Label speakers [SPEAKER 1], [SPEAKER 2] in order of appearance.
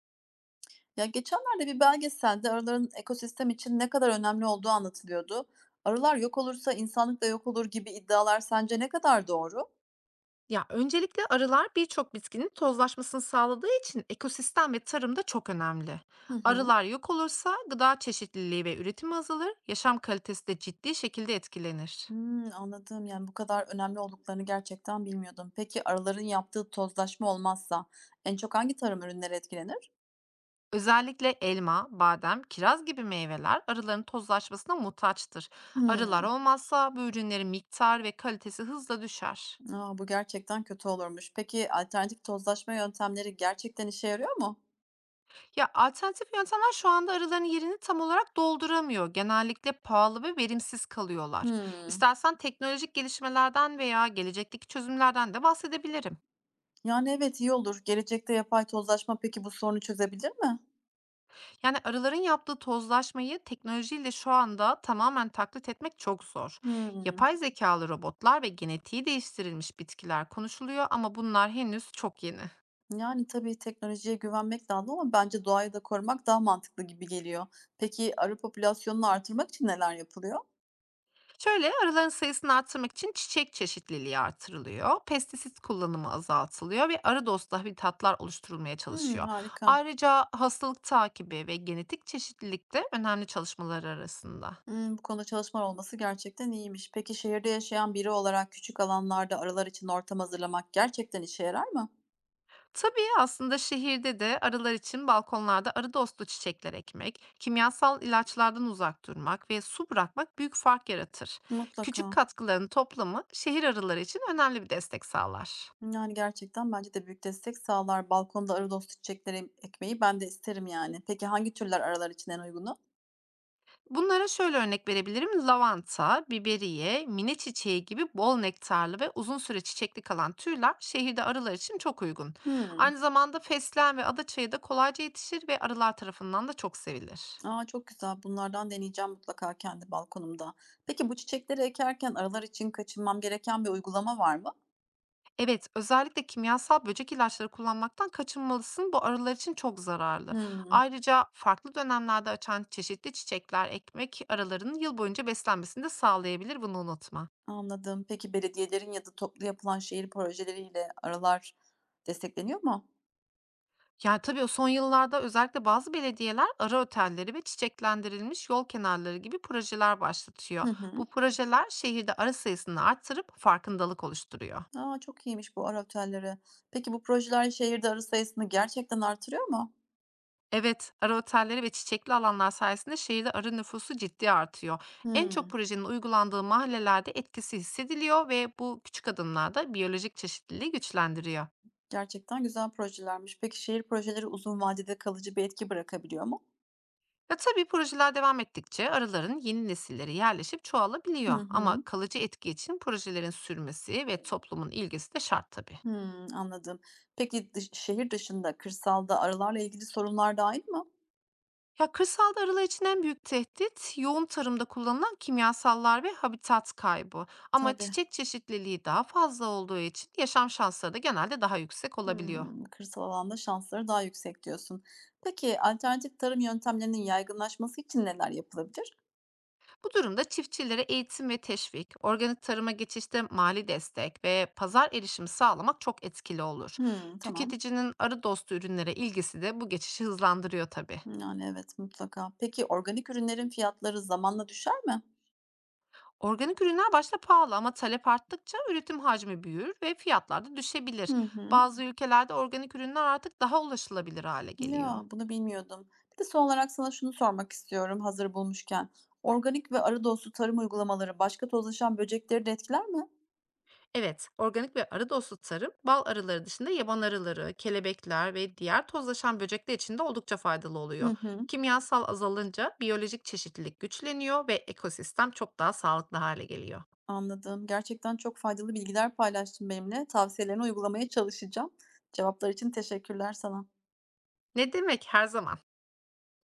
[SPEAKER 1] Ya geçenlerde bir belgeselde arıların ekosistem için ne kadar önemli olduğu anlatılıyordu. Arılar yok olursa insanlık da yok olur gibi iddialar sence ne kadar doğru?
[SPEAKER 2] Ya öncelikle arılar birçok bitkinin tozlaşmasını sağladığı için ekosistem ve tarımda çok önemli.
[SPEAKER 1] Hı hı.
[SPEAKER 2] Arılar yok olursa gıda çeşitliliği ve üretimi azalır, yaşam kalitesi de ciddi şekilde etkilenir.
[SPEAKER 1] Hmm, anladım. Yani bu kadar önemli olduklarını gerçekten bilmiyordum. Peki arıların yaptığı tozlaşma olmazsa en çok hangi tarım ürünleri etkilenir?
[SPEAKER 2] Özellikle elma, badem, kiraz gibi meyveler arıların tozlaşmasına muhtaçtır. Arılar
[SPEAKER 1] Hmm.
[SPEAKER 2] olmazsa bu ürünlerin miktar ve kalitesi hızla düşer.
[SPEAKER 1] Aa, bu gerçekten kötü olurmuş. Peki alternatif tozlaşma yöntemleri gerçekten işe yarıyor mu?
[SPEAKER 2] Ya, alternatif yöntemler şu anda arıların yerini tam olarak dolduramıyor. Genellikle pahalı ve verimsiz kalıyorlar.
[SPEAKER 1] Hmm.
[SPEAKER 2] İstersen teknolojik gelişmelerden veya gelecekteki çözümlerden de bahsedebilirim.
[SPEAKER 1] Yani evet iyi olur. Gelecekte yapay tozlaşma peki bu sorunu çözebilir mi?
[SPEAKER 2] Yani arıların yaptığı tozlaşmayı teknolojiyle şu anda tamamen taklit etmek çok zor.
[SPEAKER 1] Hmm.
[SPEAKER 2] Yapay zekalı robotlar ve genetiği değiştirilmiş bitkiler konuşuluyor ama bunlar henüz çok yeni.
[SPEAKER 1] Yani, tabii teknolojiye güvenmek lazım ama bence doğayı da korumak daha mantıklı gibi geliyor. Peki arı popülasyonunu artırmak için neler yapılıyor?
[SPEAKER 2] Şöyle arıların sayısını arttırmak için çiçek çeşitliliği artırılıyor, pestisit kullanımı azaltılıyor ve arı dostu habitatlar oluşturulmaya
[SPEAKER 1] Hımm,
[SPEAKER 2] çalışıyor.
[SPEAKER 1] harika.
[SPEAKER 2] Ayrıca hastalık takibi ve genetik çeşitlilik de önemli çalışmalar arasında.
[SPEAKER 1] Hımm, bu konuda çalışmalar olması gerçekten iyiymiş. Peki şehirde yaşayan biri olarak küçük alanlarda arılar için ortam hazırlamak gerçekten işe yarar mı?
[SPEAKER 2] Tabii aslında şehirde de arılar için balkonlarda arı dostu çiçekler ekmek, kimyasal ilaçlardan uzak durmak ve su bırakmak büyük fark yaratır. Küçük
[SPEAKER 1] Mutlaka.
[SPEAKER 2] katkıların toplamı şehir arıları için önemli bir destek sağlar.
[SPEAKER 1] Yani, gerçekten bence de büyük destek sağlar. Balkonda arı dostu çiçekleri ekmeyi ben de isterim yani. Peki hangi türler arılar için en uygunu?
[SPEAKER 2] Bunlara şöyle örnek verebilirim. Lavanta, biberiye, mine çiçeği gibi bol nektarlı ve uzun süre çiçekli kalan türler şehirde arılar için çok uygun.
[SPEAKER 1] Hımm.
[SPEAKER 2] Aynı zamanda fesleğen ve adaçayı da kolayca yetişir ve arılar tarafından da çok sevilir.
[SPEAKER 1] A, çok güzel. Bunlardan deneyeceğim mutlaka kendi balkonumda. Peki bu çiçekleri ekerken aralar için kaçınmam gereken bir uygulama var mı?
[SPEAKER 2] Evet, özellikle kimyasal böcek ilaçları kullanmaktan kaçınmalısın. Bu arılar için çok zararlı.
[SPEAKER 1] Hımm,
[SPEAKER 2] Ayrıca farklı dönemlerde açan çeşitli çiçekler ekmek arılarının yıl boyunca beslenmesini de sağlayabilir. Bunu unutma.
[SPEAKER 1] anladım. Peki belediyelerin ya da toplu yapılan şehir projeleriyle aralar destekleniyor mu?
[SPEAKER 2] Yani, tabii o son yıllarda özellikle bazı belediyeler ara otelleri ve çiçeklendirilmiş yol kenarları gibi projeler başlatıyor.
[SPEAKER 1] Hı
[SPEAKER 2] Bu
[SPEAKER 1] hı.
[SPEAKER 2] projeler şehirde arı sayısını arttırıp farkındalık oluşturuyor.
[SPEAKER 1] A, çok iyiymiş bu ara otelleri. Peki bu projeler şehirde arı sayısını gerçekten artırıyor mu?
[SPEAKER 2] Evet, ara otelleri ve çiçekli alanlar sayesinde şehirde arı nüfusu ciddi artıyor. En çok
[SPEAKER 1] Hımm,
[SPEAKER 2] projenin uygulandığı mahallelerde etkisi hissediliyor ve bu küçük adımlar da biyolojik çeşitliliği güçlendiriyor.
[SPEAKER 1] gerçekten güzel projelermiş. Peki şehir projeleri uzun vadede kalıcı bir etki bırakabiliyor mu?
[SPEAKER 2] Ya tabii projeler devam ettikçe arıların yeni nesilleri yerleşip
[SPEAKER 1] Hı
[SPEAKER 2] çoğalabiliyor. Ama
[SPEAKER 1] hı.
[SPEAKER 2] kalıcı etki için projelerin sürmesi ve toplumun ilgisi de şart tabii.
[SPEAKER 1] Hımm, anladım. Peki dış şehir dışında, kırsalda arılarla ilgili sorunlar dahil mi?
[SPEAKER 2] Ya kırsalda arılar için en büyük tehdit yoğun tarımda kullanılan kimyasallar ve habitat kaybı. Ama
[SPEAKER 1] Tabii.
[SPEAKER 2] çiçek çeşitliliği daha fazla olduğu için yaşam şansları da genelde daha yüksek olabiliyor.
[SPEAKER 1] Hımm, kırsal alanda şansları daha yüksek diyorsun. Peki alternatif tarım yöntemlerinin yaygınlaşması için neler yapılabilir?
[SPEAKER 2] Bu durumda çiftçilere eğitim ve teşvik, organik tarıma geçişte mali destek ve pazar erişimi sağlamak çok etkili olur.
[SPEAKER 1] Hımm, tamam.
[SPEAKER 2] Tüketicinin arı dostu ürünlere ilgisi de bu geçişi hızlandırıyor tabii.
[SPEAKER 1] Yani, evet, mutlaka. Peki organik ürünlerin fiyatları zamanla düşer mi?
[SPEAKER 2] Organik ürünler başta pahalı ama talep arttıkça üretim hacmi büyür ve fiyatlar da
[SPEAKER 1] Hı
[SPEAKER 2] düşebilir.
[SPEAKER 1] hı.
[SPEAKER 2] Bazı ülkelerde organik ürünler artık daha ulaşılabilir hale geliyor.
[SPEAKER 1] Ya, bunu bilmiyordum. Bir de son olarak sana şunu sormak istiyorum hazır bulmuşken. Organik ve arı dostu tarım uygulamaları başka tozlaşan böcekleri de etkiler mi?
[SPEAKER 2] Evet, organik ve arı dostu tarım, bal arıları dışında yaban arıları, kelebekler ve diğer tozlaşan böcekler için de oldukça faydalı oluyor.
[SPEAKER 1] Hı hı.
[SPEAKER 2] Kimyasal azalınca biyolojik çeşitlilik güçleniyor ve ekosistem çok daha sağlıklı hale geliyor.
[SPEAKER 1] Anladım. Gerçekten çok faydalı bilgiler paylaştın benimle. Tavsiyelerini uygulamaya çalışacağım. Cevaplar için teşekkürler sana.
[SPEAKER 2] Ne demek her zaman?